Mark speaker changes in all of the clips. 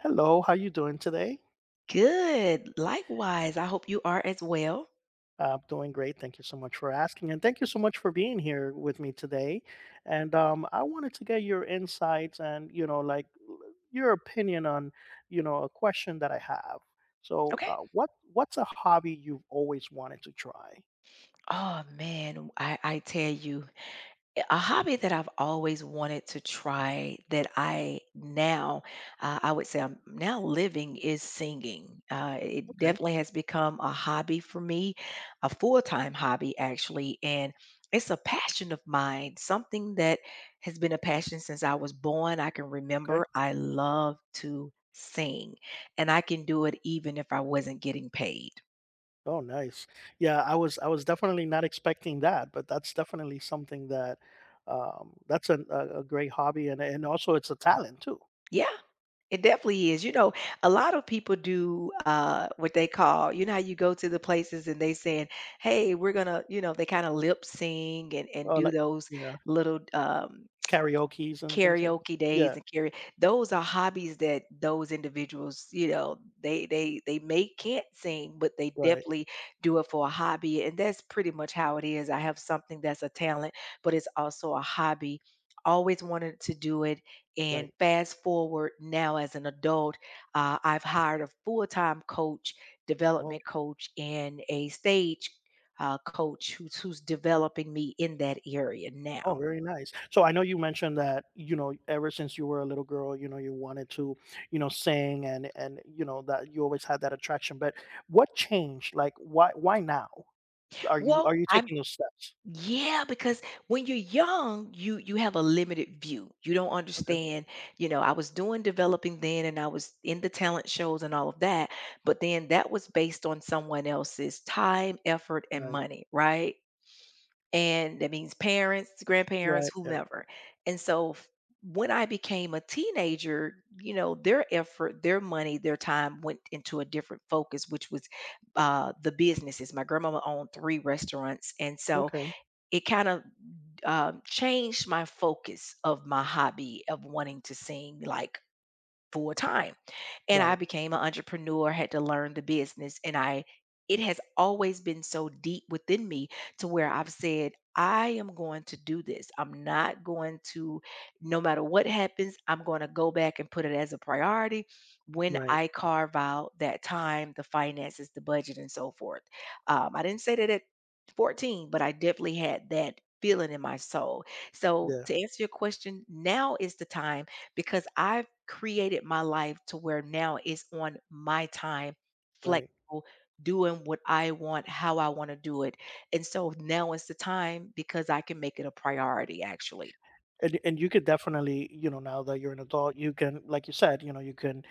Speaker 1: Hello, how you doing today?
Speaker 2: Good. Likewise. I hope you are as well.
Speaker 1: I'm doing great. Thank you so much for asking, and thank you so much for being here with me today. And I wanted to get your insights and your opinion on a question that I have. So,
Speaker 2: Okay.
Speaker 1: uh, what what's a hobby you've always wanted to try?
Speaker 2: Oh man, I tell you, a hobby that I've always wanted to try that I now, I would say I'm now living is singing. It
Speaker 1: Okay,
Speaker 2: definitely has become a hobby for me, a full time hobby, actually. And it's a passion of mine, something that has been a passion since I was born. I can
Speaker 1: okay.
Speaker 2: remember I love to sing, and I can do it even if I wasn't getting paid.
Speaker 1: Oh, nice. Yeah, I was definitely not expecting that, but that's definitely something that that's a great hobby, and also it's a talent too.
Speaker 2: Yeah. It definitely is. You know, a lot of people do what they call, how you go to the places and they saying, "Hey, we're gonna," they kind of lip sing and
Speaker 1: Oh,
Speaker 2: do
Speaker 1: like.
Speaker 2: those
Speaker 1: Yeah.
Speaker 2: little
Speaker 1: Karaokes and things like.
Speaker 2: Karaoke
Speaker 1: Yeah,
Speaker 2: days and karaoke; those are hobbies that those individuals, you know, they may can't sing, but they
Speaker 1: right,
Speaker 2: definitely do it for a hobby, and that's pretty much how it is. I have something that's a talent, but it's also a hobby. Always wanted to do it, and
Speaker 1: right.
Speaker 2: fast forward now as an adult, I've hired a full-time coach,
Speaker 1: Oh,
Speaker 2: development coach, and a stage coach who's developing me in that area
Speaker 1: oh,
Speaker 2: now.
Speaker 1: very nice. So I know you mentioned that, you know, ever since you were a little girl, you know, you wanted to, you know, sing and you know, that you always had that attraction, but what changed? Like, why now? Are you are
Speaker 2: Well,
Speaker 1: you
Speaker 2: I'm
Speaker 1: taking those steps?
Speaker 2: Yeah, because when you're young, you have a limited view. You don't
Speaker 1: Okay,
Speaker 2: understand, you know, I was doing developing then and I was in the talent shows and all of that, but then that was based on someone else's time, effort and
Speaker 1: right,
Speaker 2: money, right? And that means parents, grandparents,
Speaker 1: right, yeah,
Speaker 2: whomever. And so f- when I became a teenager, you know, their effort, their money, their time went into a different focus, which was the businesses. My grandmama owned three restaurants. And so
Speaker 1: okay,
Speaker 2: it kind of changed my focus of my hobby of wanting to sing like full time, and I
Speaker 1: right,
Speaker 2: became an entrepreneur, had to learn the business. It has always been so deep within me to where I've said, I am going to do this. I'm not going to, No matter what happens, I'm going to go back and put it as a priority when
Speaker 1: right,
Speaker 2: I carve out that time, the finances, the budget, and so forth. I didn't say that at 14, but I definitely had that feeling in my soul. So,
Speaker 1: yeah,
Speaker 2: to answer your question, now is the time because I've created my life to where now it's on my time,
Speaker 1: right.
Speaker 2: flexible, doing what I want, how I want to do it. And so now is the time because I can make it a priority, actually.
Speaker 1: And you could definitely, you know, now that you're an adult, you can, like you said, you know, you can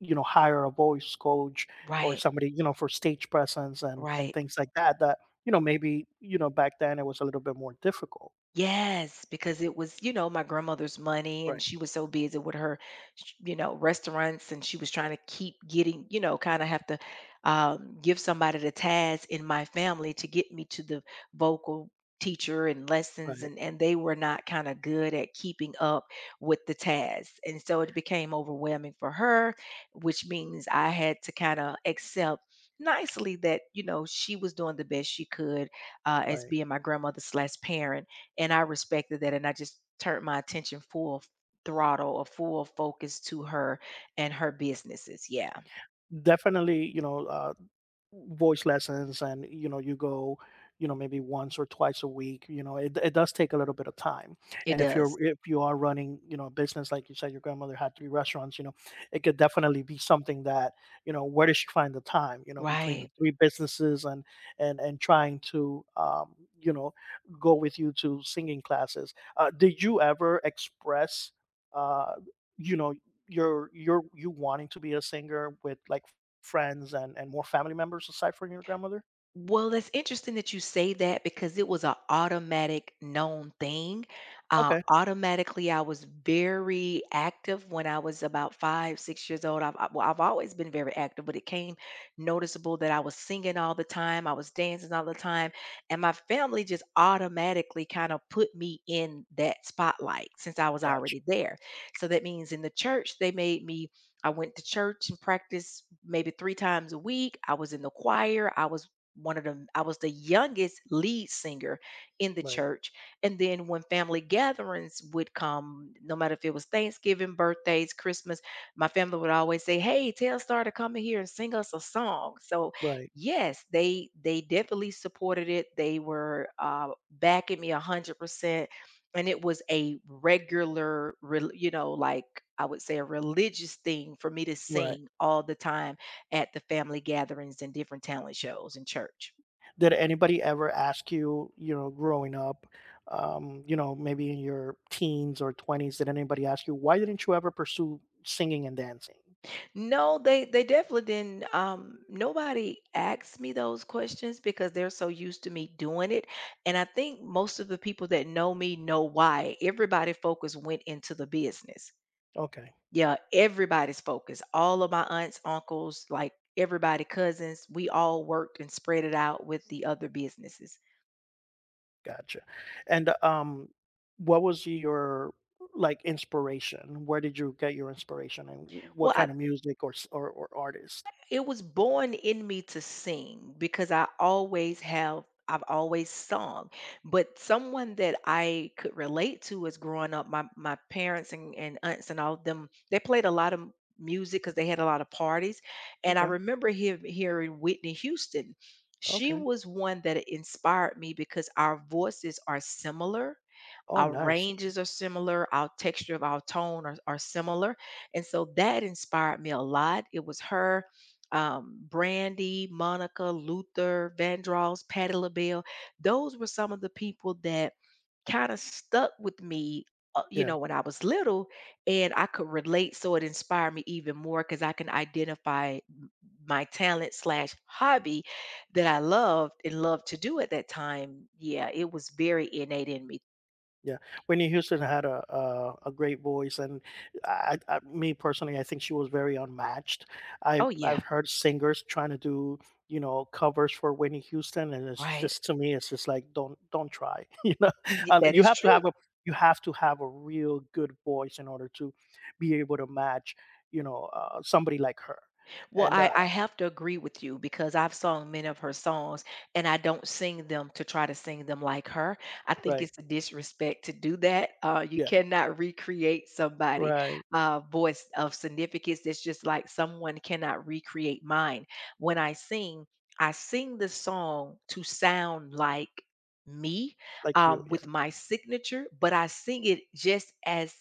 Speaker 1: hire a voice coach or
Speaker 2: Right,
Speaker 1: somebody, you know, for stage presence and
Speaker 2: right.
Speaker 1: things like that that, you know, maybe, you know, back then it was a little bit more difficult.
Speaker 2: Yes, because it was, you know, my grandmother's money and
Speaker 1: Right,
Speaker 2: she was so busy with her, you know, restaurants, and she was trying to keep getting, you know, kind of have to give somebody the task in my family to get me to the vocal teacher and lessons,
Speaker 1: right,
Speaker 2: and they were not kind of good at keeping up with the tasks. And so it became overwhelming for her, which means I had to kind of accept nicely that, you know, she was doing the best she could as
Speaker 1: right.
Speaker 2: being my grandmother slash parent, and I respected that, and I just turned my attention throttle or full focus to her and her businesses. Yeah,
Speaker 1: Definitely, you know, voice lessons, and, you know, you go, you know, maybe once or twice a week. You know, it does take a little bit of time.
Speaker 2: it
Speaker 1: And if you're
Speaker 2: does.
Speaker 1: if you are running, you know, a business like you said, your grandmother had three restaurants. You know, it could definitely be something that, you know, where does she find the time, you know, between
Speaker 2: Right.
Speaker 1: the three businesses and and trying to you know go with you to singing classes. Did you ever express uh you know your you wanting to be a singer with, like, friends and more family members aside from your grandmother?
Speaker 2: Well, that's interesting that you say that because it was an automatic known thing. Uh,
Speaker 1: Okay,
Speaker 2: automatically, I was very active when I was about five, 6 years old. Well, I've always been very active, but it came noticeable that I was singing all the time, I was dancing all the time, and my family just automatically kind of put me in that spotlight since I was
Speaker 1: gotcha.
Speaker 2: already there. So that means in the church, they made me I went to church and practiced maybe three times a week. I was in the choir. I was the youngest lead singer in the
Speaker 1: Right,
Speaker 2: church. And then when family gatherings would come, no matter if it was Thanksgiving, birthdays, Christmas, my family would always say, "Hey, tell Star to come in here and sing us a song." So,
Speaker 1: right,
Speaker 2: yes, they definitely supported it. They were backing me 100%, and it was a regular you know, like I would say a religious thing for me to
Speaker 1: right.
Speaker 2: sing all the time at the family gatherings and different talent shows in church.
Speaker 1: Did anybody ever ask you, you know, growing up, you know, maybe in your teens or 20s, did anybody ask you, why didn't you ever pursue singing and dancing?
Speaker 2: No, they definitely didn't. Nobody asked me those questions because they're so used to me doing it, and I think most of the people that know me know why. Everybody focus went into the business.
Speaker 1: Okay,
Speaker 2: Yeah, everybody's focus. All of my aunts, uncles, like everybody, cousins, we all worked and spread it out with the other businesses.
Speaker 1: gotcha. And what was your, like, inspiration? Where did you get your inspiration, and what
Speaker 2: Well, I
Speaker 1: kind of music or or artist?
Speaker 2: It was born in me to sing because I've always sung. But someone that I could relate to as growing up, my parents and aunts and all of them, they played a lot of music because they had a lot of parties. And I
Speaker 1: Okay,
Speaker 2: remember hearing Whitney Houston. She
Speaker 1: okay.
Speaker 2: was one that inspired me because our voices are similar,
Speaker 1: Oh,
Speaker 2: our
Speaker 1: nice.
Speaker 2: ranges are similar, our texture of our tone are similar. And so that inspired me a lot. It was her, Brandy, Monica, Luther, Vandross, Patti LaBelle. Those were some of the people that kind of stuck with me, you
Speaker 1: Yeah.
Speaker 2: know, when I was little and I could relate. So it inspired me even more because I can my talent slash hobby that I loved and loved to do at that time. Yeah, it was very innate in me.
Speaker 1: Yeah, Whitney Houston had a great voice, and me personally, I think she was very unmatched. I've
Speaker 2: Oh, yeah.
Speaker 1: I've heard singers trying to do, you know, covers for Whitney Houston, and it's
Speaker 2: Right.
Speaker 1: just, to me, it's just like don't try. You know,
Speaker 2: Y that
Speaker 1: you
Speaker 2: is
Speaker 1: have to have
Speaker 2: true.
Speaker 1: a, you have to have a real good voice in order to be able to match, you know, somebody like her.
Speaker 2: Well,
Speaker 1: And
Speaker 2: I have to agree with you because I've sung many of her songs and I don't sing them to try to sing them like her. I think
Speaker 1: right,
Speaker 2: it's a disrespect to do that. You
Speaker 1: yeah,
Speaker 2: cannot recreate somebody'
Speaker 1: right,
Speaker 2: voice of significance. It's just like someone cannot recreate mine. When I sing the song to sound like me
Speaker 1: like you, yeah,
Speaker 2: with my signature, but I sing it just as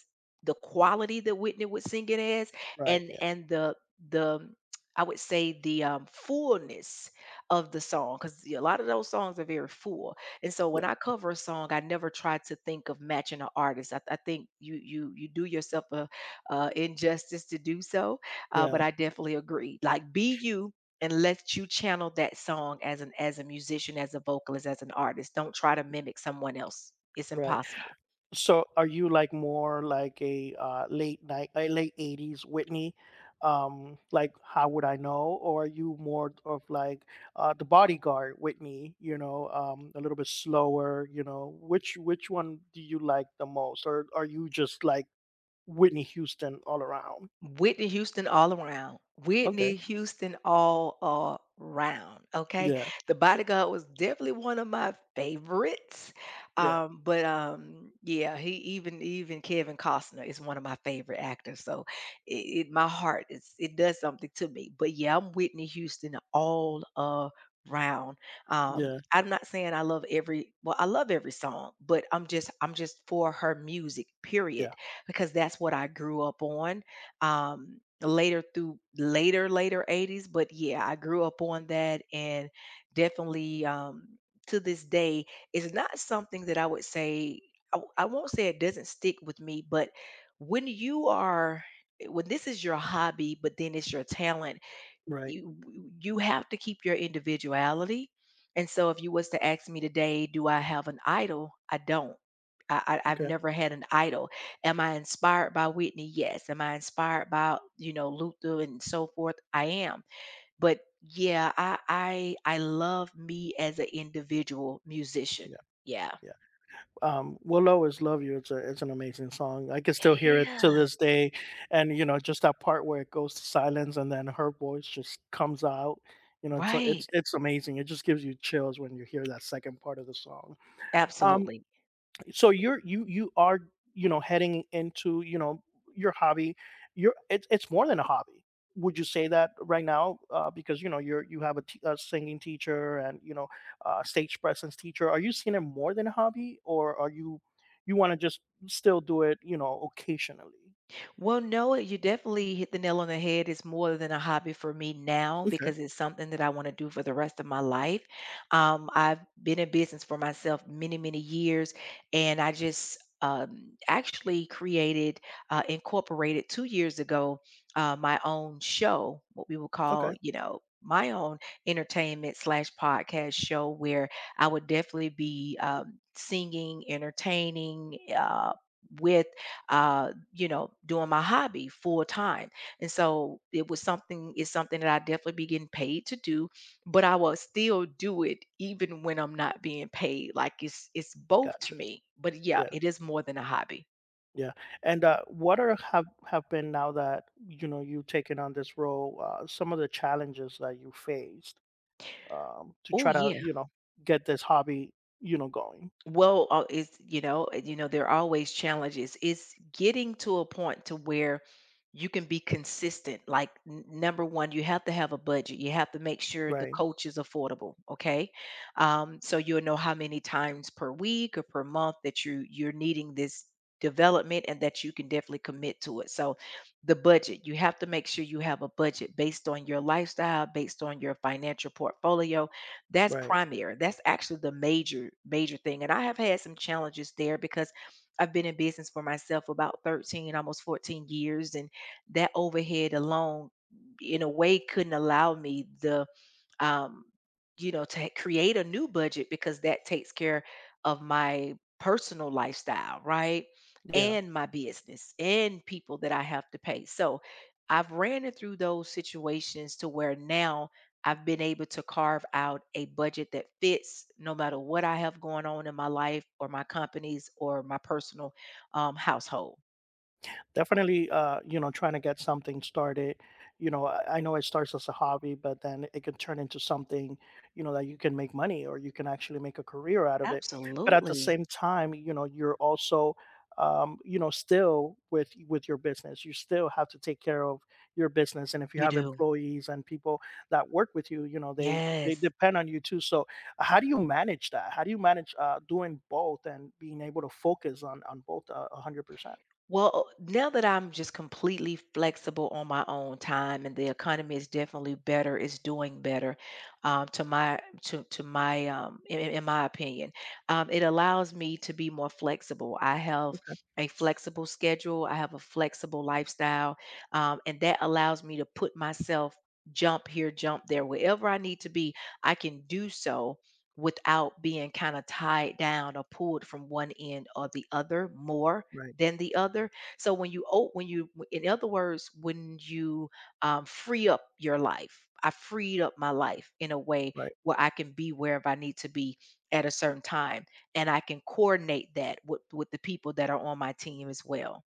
Speaker 2: the quality that Whitney would sing it as,
Speaker 1: right,
Speaker 2: and
Speaker 1: yeah,
Speaker 2: and the I would say the fullness of the song because a lot of those songs are very full. And so
Speaker 1: yeah,
Speaker 2: when I cover a song, I never try to think of matching an artist. I think you you do yourself a injustice to do so. Uh,
Speaker 1: yeah,
Speaker 2: but I definitely agree. Like be you and let you channel that song as an as a musician, as a vocalist, as an artist. Don't try to mimic someone else. It's
Speaker 1: right.
Speaker 2: impossible.
Speaker 1: So are you, like, more like a late night, a late 80s Whitney? Like, how would I know? Or are you more of like the bodyguard Whitney? You know, a little bit slower. You know, which one do you like the most? Or are you just like Whitney Houston all around?
Speaker 2: Whitney Houston all around.
Speaker 1: Okay.
Speaker 2: Whitney Houston all around. Okay.
Speaker 1: Yeah,
Speaker 2: The Bodyguard was definitely one of my favorites.
Speaker 1: yeah,
Speaker 2: But yeah, he even even Kevin Costner is one of my favorite actors. So it my heart is it does something to me. But yeah, I'm Whitney Houston all around.
Speaker 1: yeah,
Speaker 2: I'm not saying I love every I love every song, but I'm just for her music,
Speaker 1: yeah.
Speaker 2: period, because that's what I grew up on later through later later 80s. But yeah, I grew up on that and definitely to this day it's not something that I would say I won't say it doesn't stick with me. But when you are when this is your hobby but then it's your talent,
Speaker 1: Right.
Speaker 2: you you have to keep your individuality. And so if you was to ask me today, do I have an idol? I don't. I've
Speaker 1: Okay.
Speaker 2: never had an idol. Am I inspired by Whitney? Yes. Am I inspired by, you know, Luther and so forth? I am. But yeah, I love me as an individual musician. Yeah.
Speaker 1: Yeah. "We'll Always Love You," it's a, it's an amazing song. I can still hear it to
Speaker 2: It
Speaker 1: this
Speaker 2: is.
Speaker 1: day, and, you know, just that part where it goes to silence and then her voice just comes out, you know, it's,
Speaker 2: Right.
Speaker 1: it's amazing. It just gives you chills when you hear that second part of the song. Um
Speaker 2: Absolutely.
Speaker 1: so you're, you are, you know, heading into, you know, your hobby. You're, it's more than a hobby, would you say that right now? Because, you know, you're, you have a, a singing teacher, and, you know, stage presence teacher. Are you seeing it more than a hobby, or are you, you want to just still do it, you know, occasionally?
Speaker 2: Well, no, you definitely hit the nail on the head. It's more than a hobby for me now
Speaker 1: Okay,
Speaker 2: because it's something that I want to do for the rest of my life. I've been in business for myself many, many years, and I just actually created, incorporated 2 years ago, my own show, what we would
Speaker 1: okay,
Speaker 2: call, you know, my own entertainment slash podcast show, where I would definitely be singing, entertaining, with you know, doing my hobby full time. And so it's something that I definitely be getting paid to do, but I will still do it even when I'm not being paid. Like it's both to
Speaker 1: gotcha,
Speaker 2: me. But yeah,
Speaker 1: yeah,
Speaker 2: it is more than a hobby.
Speaker 1: yeah. And what are, have been, now that, you know, you've taken on this role, some of the challenges that you faced, to
Speaker 2: Oh
Speaker 1: try to,
Speaker 2: yeah.
Speaker 1: you know, get this hobby, you know, going.
Speaker 2: Well, it's you know, there are always challenges. It's getting to a point to where you can be consistent. Like number one, you have to have a budget. You have to make sure the
Speaker 1: Right,
Speaker 2: coach is affordable. Okay, so you'll know how many times per week or per month that you're needing this development and that you can definitely commit to it. So the budget, you have to make sure you have a budget based on your lifestyle, based on your financial portfolio, that's
Speaker 1: right,
Speaker 2: primary. That's actually the major, major thing. And I have had some challenges there because I've been in business for myself about 13, almost 14 years. And that overhead alone, in a way, couldn't allow me the um, to create a new budget because that takes care of my personal lifestyle, right?
Speaker 1: yeah.
Speaker 2: And my business and people that I have to pay. So I've ran it through those situations to where now I've been able to carve out a budget that fits no matter what I have going on in my life or my companies or my personal household.
Speaker 1: Definitely, you know, trying to get something started, you know, I know it starts as a hobby, but then it can turn into something, you know, that you can make money, or you can actually make a career out of it. But at the
Speaker 2: Absolutely.
Speaker 1: same time, you know, you're also, you know, still with your business, you still have to take care of your business. And if you
Speaker 2: You
Speaker 1: have
Speaker 2: do.
Speaker 1: employees and people that work with you, you know, they
Speaker 2: Yes.
Speaker 1: depend on you too. So how do you manage that? How do you manage, doing both and being able to focus on both 100%?
Speaker 2: Well, now that I'm just completely flexible on my own time and the economy is definitely better, it's doing better, um, to my to my in, in my opinion. It allows me to be more flexible. I have
Speaker 1: Okay.
Speaker 2: a flexible schedule, I have a flexible lifestyle, and that allows me to put myself jump here, jump there, wherever I need to be, I can do so without being kind of tied down or pulled from one end or the other more
Speaker 1: Right.
Speaker 2: than the other. So when you oh, when you w- in other words, when you free up your life, I freed up my life in a way
Speaker 1: Right.
Speaker 2: where I can be wherever I need to be at a certain time, and I can coordinate that with the people that are on my team as well.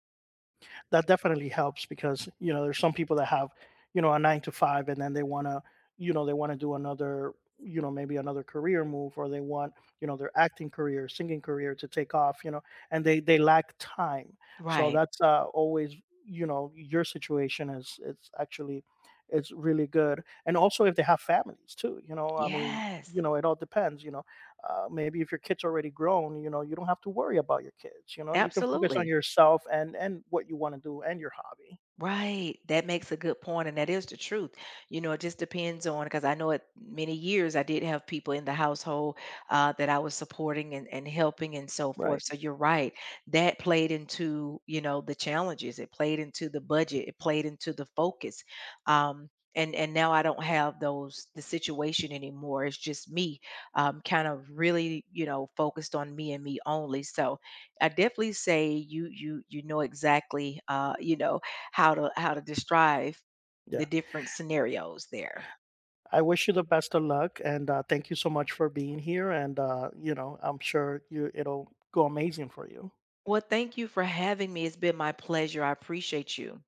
Speaker 1: That definitely helps, because, you know, there's some people that have, you know, a nine to five, and then they want to, you know, they want to do another, you know, maybe another career move, or they want, you know, their acting career, singing career to take off, you know, and they lack time. So
Speaker 2: Right.
Speaker 1: that's always, you know, your situation is, it's actually, it's really good. And also, if they have families too, you know, I mean,
Speaker 2: Yes.
Speaker 1: you know, it all depends, you know, maybe if your kid's already grown, you know, you don't have to worry about your kids. You know, you can focus on
Speaker 2: Absolutely.
Speaker 1: yourself and what you want to do and your hobby.
Speaker 2: Right. That makes a good point, and that is the truth. You know, it just depends on because I know at many years I did have people in the household that I was supporting and helping and so forth.
Speaker 1: Right.
Speaker 2: So you're right. That played into, you know, the challenges. It played into the budget. It played into the focus. Um, and now I don't have those the situation anymore. It's just me, kind of really, you know, focused on me and me only. So I definitely say you know exactly you know how to describe
Speaker 1: Yeah.
Speaker 2: the different scenarios there.
Speaker 1: I wish you the best of luck, and thank you so much for being here. And you know, I'm sure you, it'll go amazing for you.
Speaker 2: Well, thank you for having me. It's been my pleasure. I appreciate you.